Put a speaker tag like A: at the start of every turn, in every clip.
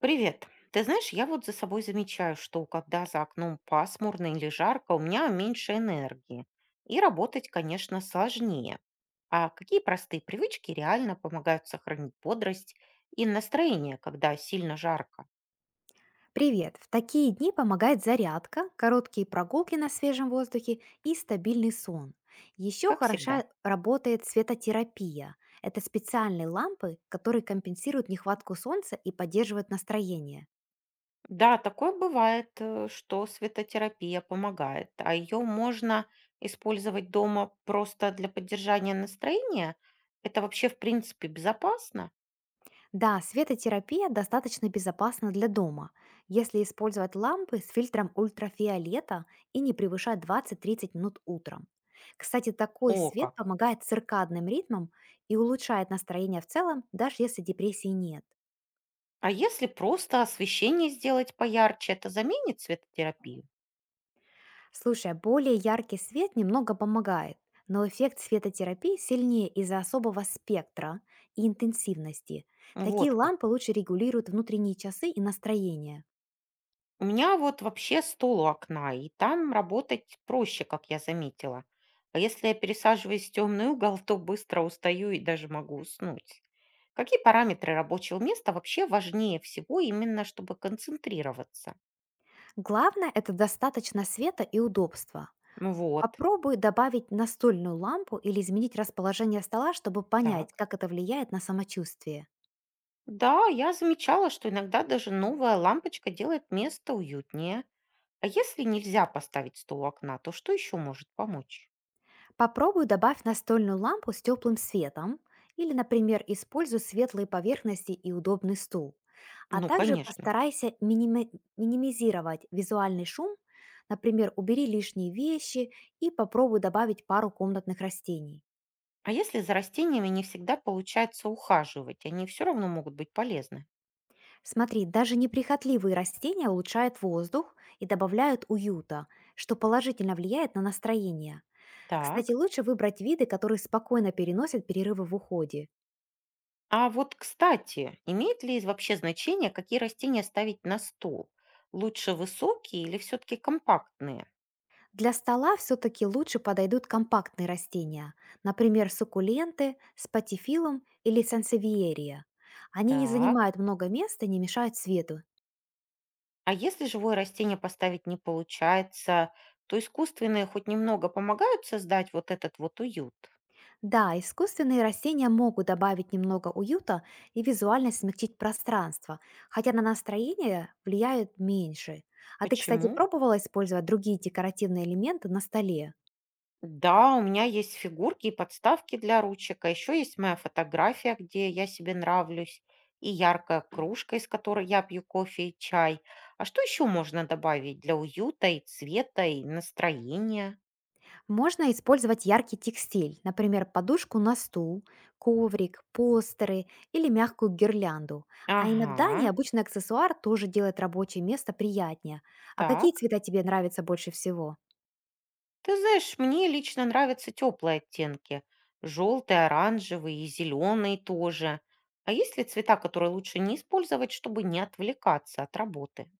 A: Привет. Ты знаешь, я вот за собой замечаю, что когда за окном пасмурно или жарко, у меня меньше энергии. И работать, конечно, сложнее. А какие простые привычки реально помогают сохранить бодрость и настроение, когда сильно жарко?
B: Привет! В такие дни помогает зарядка, короткие прогулки на свежем воздухе и стабильный сон. Еще
A: Как
B: хороша
A: всегда.
B: работает светотерапия. Это специальные лампы, которые компенсируют нехватку солнца и поддерживают настроение.
A: Да, такое бывает, что светотерапия помогает, а ее можно использовать дома просто для поддержания настроения. Это вообще, в принципе, безопасно.
B: Да, светотерапия достаточно безопасна для дома, если использовать лампы с фильтром ультрафиолета и не превышать 20–30 минут утром. Кстати, такой
A: О,
B: свет
A: как!
B: помогает циркадным ритмам и улучшает настроение в целом, даже если депрессии нет.
A: А если просто освещение сделать поярче, это заменит цветотерапию?
B: Слушай, а более яркий свет немного помогает, но эффект светотерапии сильнее из-за особого спектра и интенсивности. Такие
A: Вот
B: лампы
A: как.
B: лучше регулируют внутренние часы и настроение.
A: У меня вот вообще стол у окна, и там работать проще, как я заметила. А если я пересаживаюсь в темный угол, то быстро устаю и даже могу уснуть. Какие параметры рабочего места вообще важнее всего именно, чтобы концентрироваться?
B: Главное — это достаточно света и удобства.
A: Ну вот,
B: Попробуй добавить настольную лампу или изменить расположение стола, чтобы понять,
A: так.
B: как это влияет на самочувствие.
A: Да, я замечала, что иногда даже новая лампочка делает место уютнее. А если нельзя поставить стол у окна, то что еще может помочь?
B: Попробуй добавь настольную лампу с теплым светом или, например, используй светлые поверхности и удобный стул. А
A: Ну,
B: также
A: конечно.
B: постарайся минимизировать визуальный шум, например, убери лишние вещи и попробуй добавить пару комнатных растений.
A: А если за растениями не всегда получается ухаживать, они все равно могут быть полезны.
B: Смотри, даже неприхотливые растения улучшают воздух и добавляют уюта, что положительно влияет на настроение. Кстати,
A: Так.
B: лучше выбрать виды, которые спокойно переносят перерывы в уходе.
A: А вот, кстати, имеет ли вообще значение, какие растения ставить на стол? Лучше высокие или все-таки компактные?
B: Для стола все-таки лучше подойдут компактные растения, например, суккуленты, спатифилум или сансевиерия. Они не
A: Так.
B: занимают много места и не мешают свету.
A: А если живое растение поставить не получается, то искусственные хоть немного помогают создать вот этот вот уют?
B: Да, искусственные растения могут добавить немного уюта и визуально смягчить пространство, хотя на настроение влияют меньше. А ты, кстати,
A: Почему?
B: пробовала использовать другие декоративные элементы на столе?
A: Да, у меня есть фигурки и подставки для ручек, а еще есть моя фотография, где я себе нравлюсь, и яркая кружка, из которой я пью кофе и чай. А что еще можно добавить для уюта и цвета, и настроения?
B: Можно использовать яркий текстиль, например, подушку на стул, коврик, постеры или мягкую гирлянду. А иногда
A: Ага,
B: необычный аксессуар тоже делает рабочее место приятнее. А какие
A: так.
B: цвета тебе нравятся больше всего?
A: Ты знаешь, мне лично нравятся теплые оттенки. Желтый, оранжевый и зеленый тоже. А есть ли цвета, которые лучше не использовать, чтобы не отвлекаться от работы?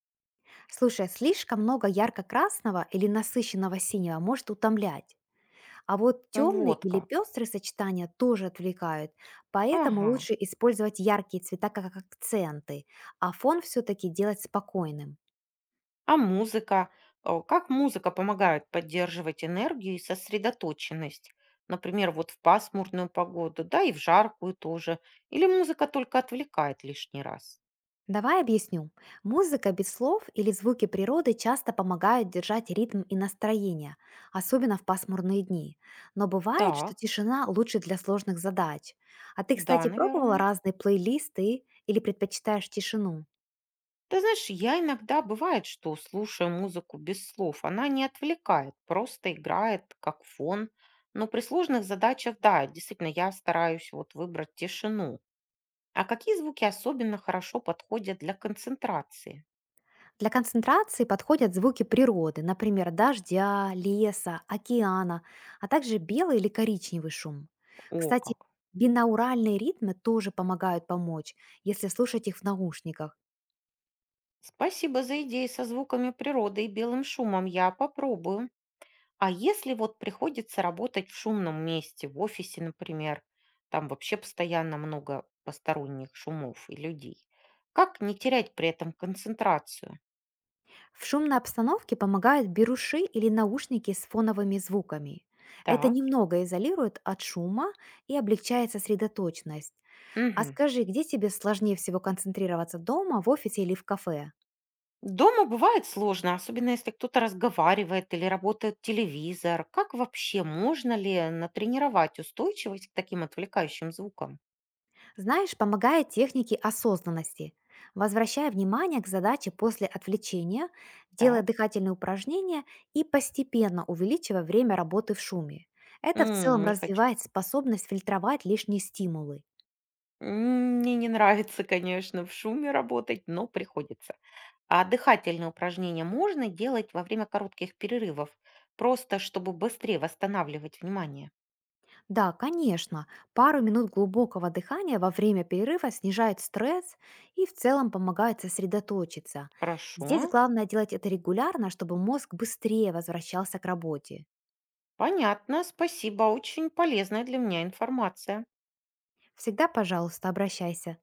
B: Слушай, слишком много ярко-красного или насыщенного синего может утомлять. А вот темные
A: Вот
B: или
A: как.
B: пестрые сочетания тоже отвлекают, поэтому
A: Ага.
B: лучше использовать яркие цвета как акценты, а фон все-таки делать спокойным.
A: А музыка? Как музыка помогает поддерживать энергию и сосредоточенность? Например, вот в пасмурную погоду, да, и в жаркую тоже. Или музыка только отвлекает лишний раз?
B: Давай объясню. Музыка без слов или звуки природы часто помогают держать ритм и настроение, особенно в пасмурные дни. Но бывает, что
A: Так,
B: тишина лучше для сложных задач. А ты,
A: да,
B: кстати, пробовала
A: наверное.
B: разные плейлисты или предпочитаешь тишину?
A: Ты знаешь, я иногда бывает, что слушаю музыку без слов. Она не отвлекает, просто играет как фон. Но при сложных задачах, да, действительно, я стараюсь вот выбрать тишину. А какие звуки особенно хорошо подходят для концентрации?
B: Для концентрации подходят звуки природы, например, дождя, леса, океана, а также белый или коричневый шум.
A: О,
B: Кстати,
A: как.
B: бинауральные ритмы тоже помогают помочь, если слушать их в наушниках.
A: Спасибо за идеи со звуками природы и белым шумом. Я попробую. А если вот приходится работать в шумном месте, в офисе, например, там вообще постоянно много посторонних шумов и людей, как не терять при этом концентрацию?
B: В шумной обстановке помогают беруши или наушники с фоновыми звуками. Это
A: Так.
B: немного изолирует от шума и облегчает сосредоточенность. А
A: Мгм.
B: скажи, где тебе сложнее всего концентрироваться дома, в офисе или в кафе?
A: Дома бывает сложно, особенно если кто-то разговаривает или работает телевизор. Как вообще можно ли натренировать устойчивость к таким отвлекающим звукам?
B: Знаешь, помогает техники осознанности. Возвращай внимание к задаче после отвлечения, делая
A: Так.
B: дыхательные упражнения и постепенно увеличивая время работы в шуме. Это в целом
A: М, не хочу
B: развивает способность фильтровать лишние стимулы.
A: М, Мне не нравится, конечно, в шуме работать, но приходится. А дыхательные упражнения можно делать во время коротких перерывов, просто чтобы быстрее восстанавливать внимание.
B: Да, конечно. Пару минут глубокого дыхания во время перерыва снижает стресс и в целом помогает сосредоточиться. Здесь
A: Хорошо,
B: главное делать это регулярно, чтобы мозг быстрее возвращался к работе.
A: понятно, спасибо, очень полезная для меня информация.
B: Всегда, пожалуйста, обращайся.